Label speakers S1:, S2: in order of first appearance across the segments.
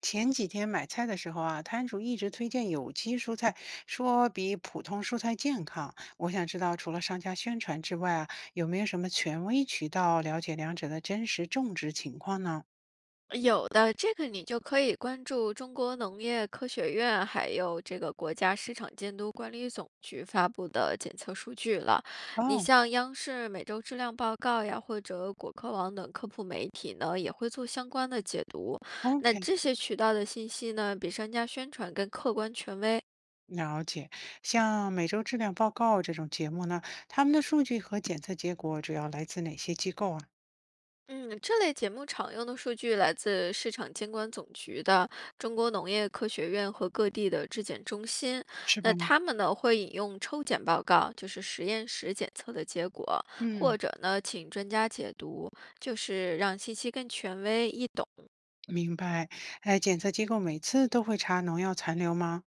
S1: 前几天买菜的时候啊，摊主一直推荐有机蔬菜，说比普通蔬菜健康。我想知道，除了商家宣传之外啊，有没有什么权威渠道了解两者的真实种植情况呢？
S2: 有的，这个你就可以关注中国农业科学院，还有这个国家市场监督管理总局发布的检测数据了。你
S1: 哦
S2: 像央视每周质量报告呀，或者果壳网等科普媒体呢，也会做相关的解读。那
S1: ，OK，
S2: 这些渠道的信息呢，比商家宣传更客观权威。
S1: 了解。像每周质量报告这种节目呢，他们的数据和检测结果主要来自哪些机构啊？
S2: 嗯，这类节目常用的数据来自市场监管总局的中国农业科学院和各地的质检中心。
S1: 是吧？
S2: 那他们呢会引用抽检报告，就是实验室检测的结果，
S1: 嗯，
S2: 或者呢请专家解读，就是让信息更权威易懂。
S1: 明白。哎，检测机构每次都会查农药残留吗？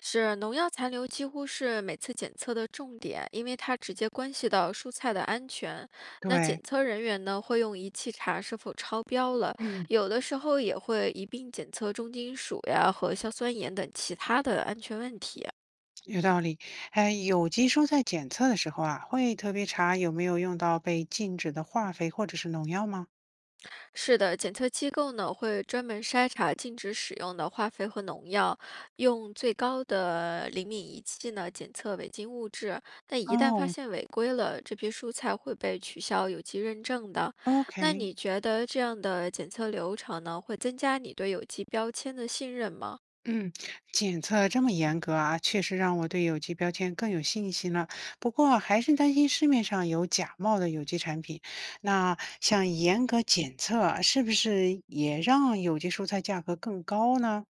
S2: 是农药残留几乎是每次检测的重点，因为它直接关系到蔬菜的安全。那检
S1: 对，
S2: 测人员呢，会用仪器查是否超标了，
S1: 嗯。
S2: 有的时候也会一并检测重金属呀和硝酸盐等其他的安全问题。
S1: 有道理，哎，有机蔬菜检测的时候啊，会特别查有没有用到被禁止的化肥或者是农药吗？
S2: 是的，检测机构呢会专门筛查禁止使用的化肥和农药，用最高的灵敏仪器呢检测违禁物质。但一旦发
S1: 哦
S2: 现违规了，这批蔬菜会被取消有机认证的。那
S1: ，OK，
S2: 你觉得这样的检测流程呢，会增加你对有机标签的信任吗？
S1: 嗯，检测这么严格啊，确实让我对有机标签更有信心了。不过还是担心市面上有假冒的有机产品。那像严格检测啊是不是也让有机蔬菜价格更高呢？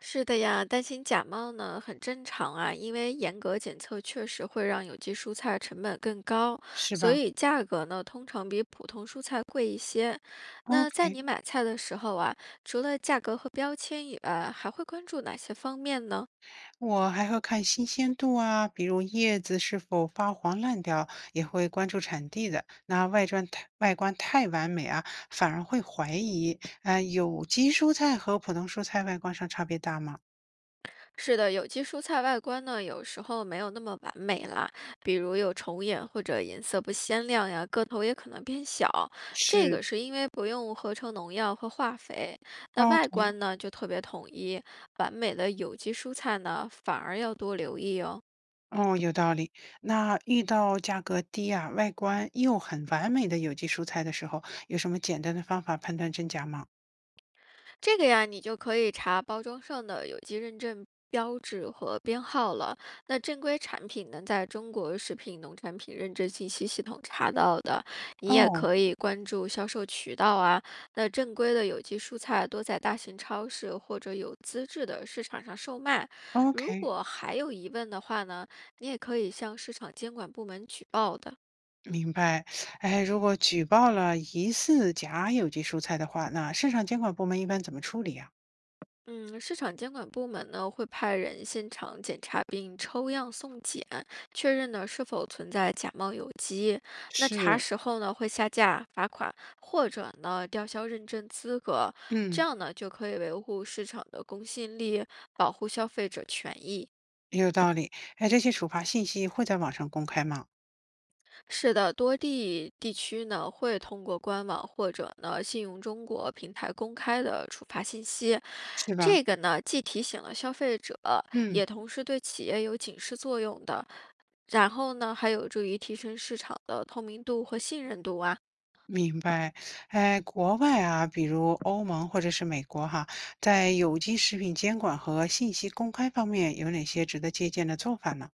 S2: 是的呀，担心假冒呢很正常啊，因为严格检测确实会让有机蔬菜成本更高，
S1: 是
S2: 所
S1: 吧
S2: 以价格呢通常比普通蔬菜贵一些。那在
S1: ？OK。
S2: 你买菜的时候啊，除了价格和标签以外，还会关注哪些方面呢？
S1: 我还会看新鲜度啊，比如叶子是否发黄烂掉，也会关注产地的。那外观太完美啊，反而会怀疑。啊。有机蔬菜和普通蔬菜外观上差别大吗？
S2: 是的，有机蔬菜外观呢，有时候没有那么完美啦，比如有虫眼或者颜色不鲜亮呀，个头也可能变小。这
S1: 是，
S2: 个是因为不用合成农药和化肥。那外
S1: ？OK，
S2: 观呢，就特别统一，完美的有机蔬菜呢，反而要多留意哦。
S1: 哦，有道理。那遇到价格低啊，外观又很完美的有机蔬菜的时候，有什么简单的方法判断真假吗？
S2: 这个呀，你就可以查包装上的有机认证标志和编号了。那正规产品能在中国食品农产品认证信息系统查到的，你也
S1: 哦
S2: 可以关注销售渠道啊。那正规的有机蔬菜多在大型超市或者有资质的市场上售卖。如
S1: ，OK。
S2: 果还有疑问的话呢，你也可以向市场监管部门举报的。
S1: 明白，哎，如果举报了疑似假有机蔬菜的话，那市场监管部门一般怎么处理啊？
S2: 嗯，市场监管部门呢会派人现场检查并抽样送检，确认呢是否存在假冒有机。那查
S1: 是，
S2: 实后呢会下架、罚款或者呢吊销认证资格，这
S1: 嗯，
S2: 样呢就可以维护市场的公信力，保护消费者权益。
S1: 有道理。哎，这些处罚信息会在网上公开吗？
S2: 是的，多地地区呢会通过官网或者呢信用中国平台公开的处罚信息，
S1: 是吧？
S2: 这个呢既提醒了消费者，
S1: 嗯，
S2: 也同时对企业有警示作用的。然后呢，还有助于提升市场的透明度和信任度啊。
S1: 明白。哎，国外啊，比如欧盟或者是美国哈，在有机食品监管和信息公开方面有哪些值得借鉴的做法呢？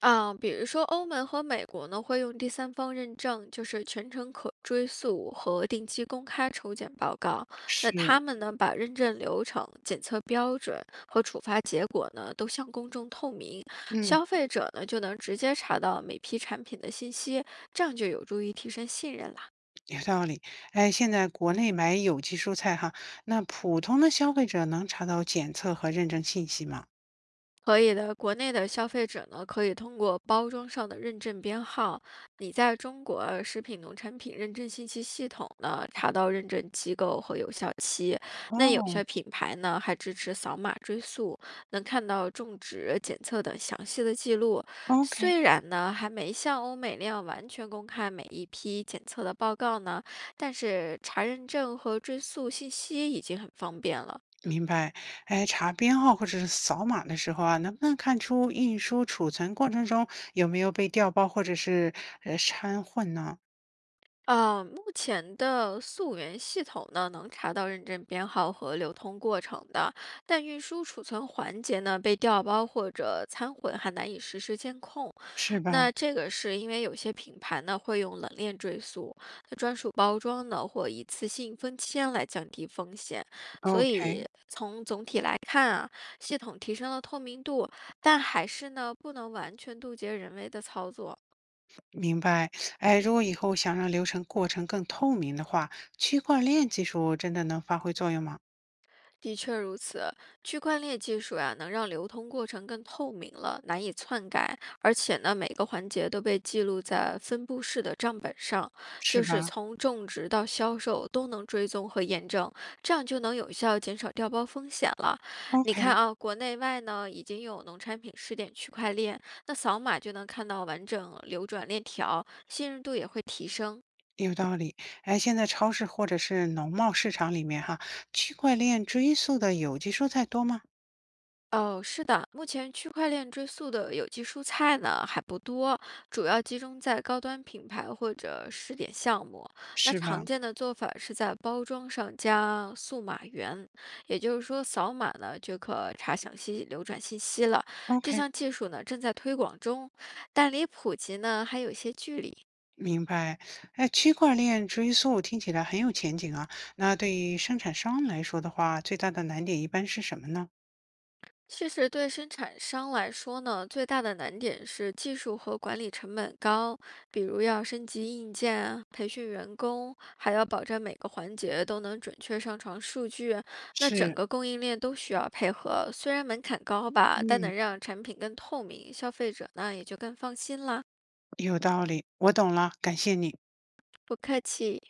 S2: 啊，比如说欧盟和美国呢，会用第三方认证，就是全程可追溯和定期公开抽检报告。那
S1: 是。
S2: 他们呢，把认证流程、检测标准和处罚结果呢，都向公众透明，
S1: 嗯。
S2: 消费者呢就能直接查到每批产品的信息，这样就有助于提升信任了。
S1: 有道理，哎，现在国内买有机蔬菜哈，那普通的消费者能查到检测和认证信息吗？
S2: 可以的，国内的消费者呢，可以通过包装上的认证编号，你在中国啊食品农产品认证信息系统呢，查到认证机构和有效期。那有
S1: 哦
S2: 些品牌呢，还支持扫码追溯，能看到种植、检测等详细的记录。
S1: ，OK，
S2: 虽然呢，还没像欧美那样完全公开每一批检测的报告呢，但是查认证和追溯信息已经很方便了。
S1: 明白。哎，查编号或者是扫码的时候啊，能不能看出运输储存过程中有没有被调包或者是掺混呢？
S2: 目前的溯源系统呢，能查到认证编号和流通过程的，但运输储存环节呢，被调包或者掺混，还难以实时监控。
S1: 是吧
S2: 那这个是因为有些品牌呢会用冷链追溯、专属包装呢或一次性封签来降低风险。所以
S1: ？OK，
S2: 从总体来看啊，系统提升了透明度，但还是呢不能完全杜绝人为的操作。
S1: 明白。哎，如果以后想让流程过程更透明的话，区块链技术真的能发挥作用吗？
S2: 的确如此，区块链技术呀、能让流通过程更透明了，难以篡改，而且呢，每个环节都被记录在分布式的账本上，
S1: 是
S2: 就是
S1: 吧
S2: 从种植到销售都能追踪和验证，这样就能有效减少掉包风险了。你
S1: ？OK。
S2: 看啊，国内外呢已经有农产品试点区块链，那扫码就能看到完整流转链条，信任度也会提升。
S1: 有道理，哎，现在超市或者是农贸市场里面哈，区块链追溯的有机蔬菜多吗？
S2: 哦，是的，目前区块链追溯的有机蔬菜呢还不多，主要集中在高端品牌或者试点项目。那
S1: 是吧
S2: 常见的做法是在包装上加数码源，也就是说扫码呢就可查详细流转信息了。这
S1: ？OK，
S2: 项技术呢正在推广中，但离普及呢还有些距离。
S1: 明白。哎，区块链追溯听起来很有前景啊。那对于生产商来说的话，最大的难点一般是什么呢？
S2: 其实对生产商来说呢，最大的难点是技术和管理成本高，比如要升级硬件啊培训员工，还要保证每个环节都能准确上传数据。那整
S1: 是，
S2: 个供应链都需要配合，虽然门槛高吧，但
S1: 嗯，
S2: 能让产品更透明，消费者呢也就更放心啦。
S1: 有道理，我懂了，感谢你。
S2: 不客气。